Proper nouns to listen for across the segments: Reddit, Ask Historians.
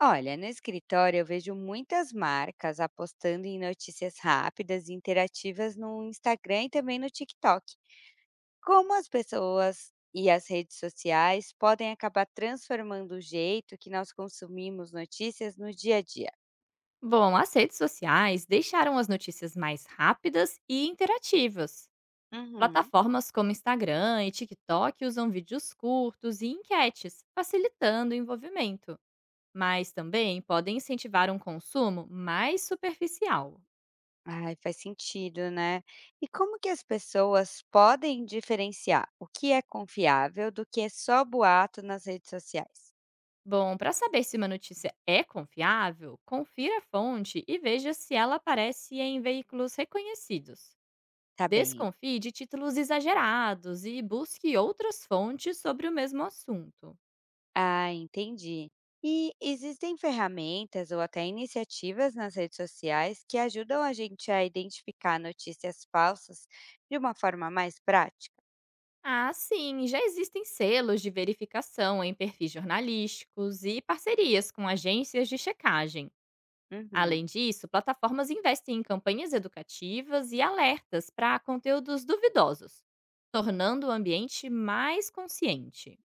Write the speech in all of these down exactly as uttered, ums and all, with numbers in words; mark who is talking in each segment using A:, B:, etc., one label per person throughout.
A: Olha, no escritório eu vejo muitas marcas apostando em notícias rápidas e interativas no Instagram e também no TikTok. Como as pessoas e as redes sociais podem acabar transformando o jeito que nós consumimos notícias no dia a dia?
B: Bom, as redes sociais deixaram as notícias mais rápidas e interativas.
A: Uhum.
B: Plataformas como Instagram e TikTok usam vídeos curtos e enquetes, facilitando o envolvimento, mas também podem incentivar um consumo mais superficial.
A: Ai, faz sentido, né? E como que as pessoas podem diferenciar o que é confiável do que é só boato nas redes sociais?
B: Bom, para saber se uma notícia é confiável, confira a fonte e veja se ela aparece em veículos reconhecidos.
A: Tá bem.
B: Desconfie de títulos exagerados e busque outras fontes sobre o mesmo assunto.
A: Ah, entendi. E existem ferramentas ou até iniciativas nas redes sociais que ajudam a gente a identificar notícias falsas de uma forma mais prática?
B: Ah, sim, já existem selos de verificação em perfis jornalísticos e parcerias com agências de checagem.
A: Uhum.
B: Além disso, plataformas investem em campanhas educativas e alertas para conteúdos duvidosos, tornando o ambiente mais consciente.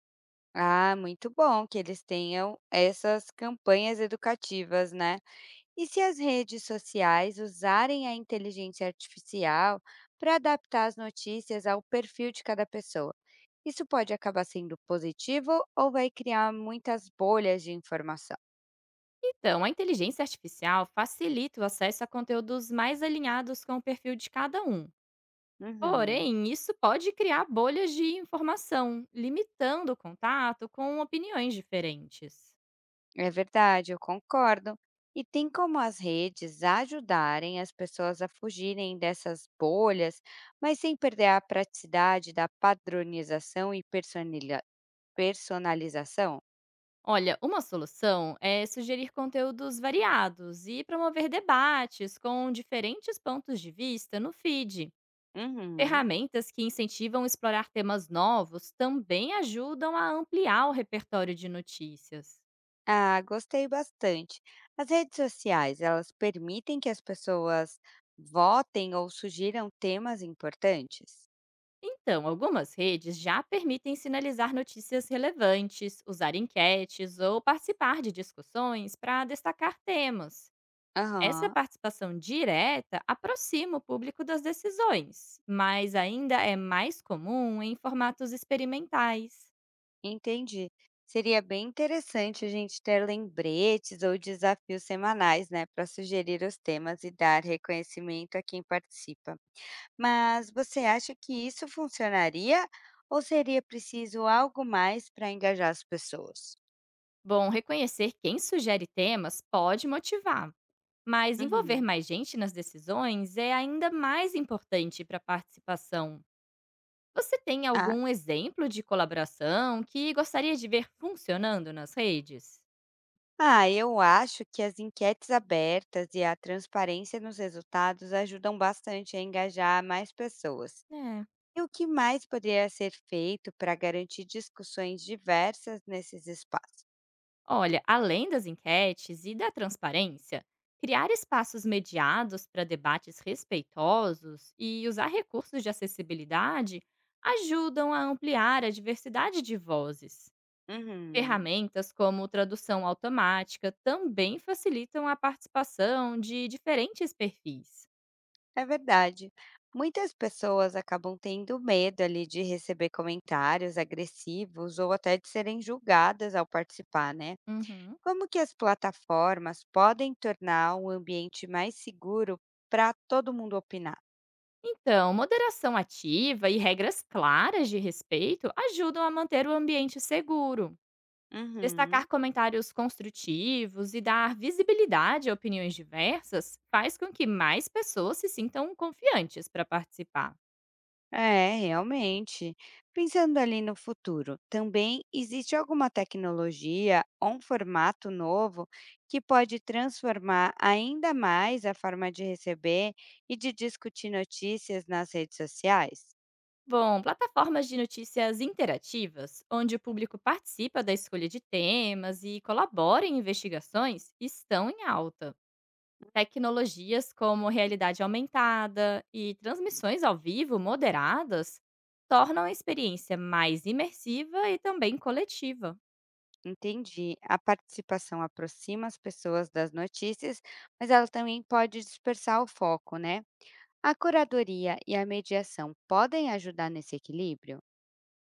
A: Ah, muito bom que eles tenham essas campanhas educativas, né? E se as redes sociais usarem a inteligência artificial para adaptar as notícias ao perfil de cada pessoa? Isso pode acabar sendo positivo ou vai criar muitas bolhas de informação?
B: Então, a inteligência artificial facilita o acesso a conteúdos mais alinhados com o perfil de cada um.
A: Uhum,
B: Porém, isso pode criar bolhas de informação, limitando o contato com opiniões diferentes.
A: é verdade, eu concordo. E tem como as redes ajudarem as pessoas a fugirem dessas bolhas, mas sem perder a praticidade da padronização e personilha- personalização?
B: Olha, uma solução é sugerir conteúdos variados e promover debates com diferentes pontos de vista no feed.
A: Uhum.
B: Ferramentas que incentivam explorar temas novos também ajudam a ampliar o repertório de notícias.
A: Ah, gostei bastante. As redes sociais, elas permitem que as pessoas votem ou sugiram temas importantes?
B: Então, algumas redes já permitem sinalizar notícias relevantes, usar enquetes ou participar de discussões para destacar temas. Essa
A: Aham.
B: participação direta aproxima o público das decisões, mas ainda é mais comum em formatos experimentais.
A: Entendi. Seria bem interessante a gente ter lembretes ou desafios semanais, né, para sugerir os temas e dar reconhecimento a quem participa. Mas você acha que isso funcionaria ou seria preciso algo mais para engajar as pessoas?
B: Bom, reconhecer quem sugere temas pode motivar, mas envolver
A: Uhum.
B: mais gente nas decisões é ainda mais importante para a participação. Você tem
A: Ah.
B: algum exemplo de colaboração que gostaria de ver funcionando nas redes?
A: Ah, eu acho que as enquetes abertas e a transparência nos resultados ajudam bastante a engajar mais pessoas.
B: É.
A: E o que mais poderia ser feito para garantir discussões diversas nesses espaços?
B: Olha, além das enquetes e da transparência, criar espaços mediados para debates respeitosos e usar recursos de acessibilidade ajudam a ampliar a diversidade de vozes.
A: Uhum,
B: Ferramentas como tradução automática também facilitam a participação de diferentes perfis.
A: é verdade. Muitas pessoas acabam tendo medo ali de receber comentários agressivos ou até de serem julgadas ao participar, né?
B: Uhum.
A: Como que as plataformas podem tornar um ambiente mais seguro para todo mundo opinar?
B: Então, moderação ativa e regras claras de respeito ajudam a manter o ambiente seguro.
A: Uhum.
B: Destacar comentários construtivos e dar visibilidade a opiniões diversas faz com que mais pessoas se sintam confiantes para participar.
A: É, realmente. Pensando ali no futuro, também existe alguma tecnologia ou um formato novo que pode transformar ainda mais a forma de receber e de discutir notícias nas redes sociais?
B: Bom, plataformas de notícias interativas, onde o público participa da escolha de temas e colabora em investigações, estão em alta. Tecnologias como realidade aumentada e transmissões ao vivo moderadas tornam a experiência mais imersiva e também coletiva.
A: Entendi. A participação aproxima as pessoas das notícias, mas ela também pode dispersar o foco, né? A curadoria e a mediação podem ajudar nesse equilíbrio?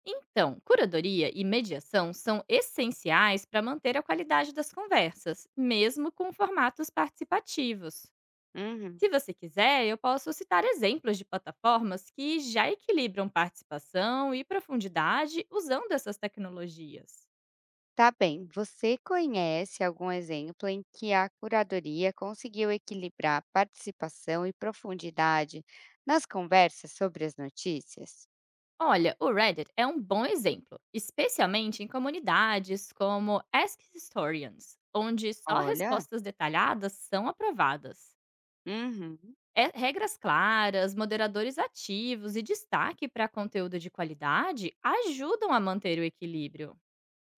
B: Então, curadoria e mediação são essenciais para manter a qualidade das conversas, mesmo com formatos participativos.
A: Uhum.
B: Se você quiser, eu posso citar exemplos de plataformas que já equilibram participação e profundidade usando essas tecnologias.
A: Tá bem, você conhece algum exemplo em que a curadoria conseguiu equilibrar participação e profundidade nas conversas sobre as notícias?
B: Olha, o Reddit é um bom exemplo, especialmente em comunidades como Ask Historians, onde só
A: Olha,
B: respostas detalhadas são aprovadas.
A: uhum,
B: É, regras claras, moderadores ativos e destaque para conteúdo de qualidade ajudam a manter o equilíbrio.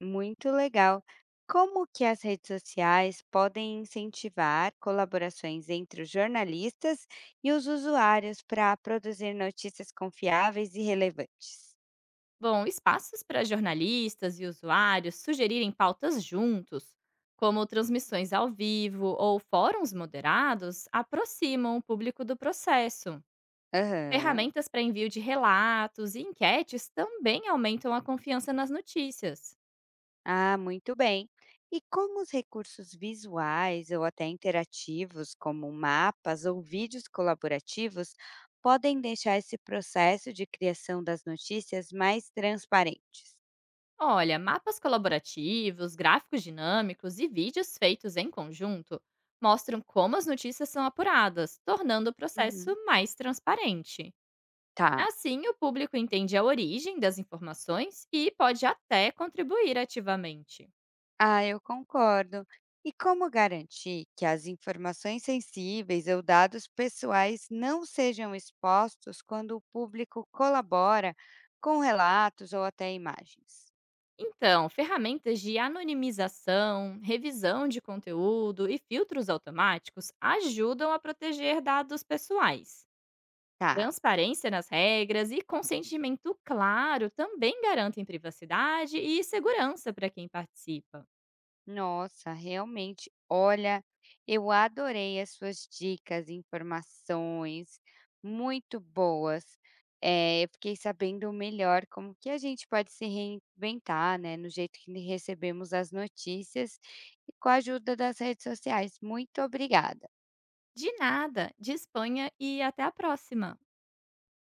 A: muito legal. Como que as redes sociais podem incentivar colaborações entre os jornalistas e os usuários para produzir notícias confiáveis e relevantes?
B: Bom, espaços para jornalistas e usuários sugerirem pautas juntos, como transmissões ao vivo ou fóruns moderados, aproximam o público do processo.
A: Aham.
B: Ferramentas para envio de relatos e enquetes também aumentam a confiança nas notícias.
A: Ah, muito bem. E como os recursos visuais ou até interativos, como mapas ou vídeos colaborativos, podem deixar esse processo de criação das notícias mais transparentes?
B: Olha, mapas colaborativos, gráficos dinâmicos e vídeos feitos em conjunto mostram como as notícias são apuradas, tornando o processo
A: Uhum.
B: mais transparente.
A: Tá,
B: Assim, o público entende a origem das informações e pode até contribuir ativamente.
A: ah, eu concordo. E como garantir que as informações sensíveis ou dados pessoais não sejam expostos quando o público colabora com relatos ou até imagens?
B: Então, ferramentas de anonimização, revisão de conteúdo e filtros automáticos ajudam a proteger dados pessoais.
A: Tá.
B: Transparência nas regras e consentimento claro também garantem privacidade e segurança para quem participa.
A: Nossa, realmente, olha, eu adorei as suas dicas, informações, muito boas. Eh, eu fiquei sabendo melhor como que a gente pode se reinventar, né, no jeito que recebemos as notícias e com a ajuda das redes sociais. Muito obrigada.
B: De nada, de Espanha e até a próxima!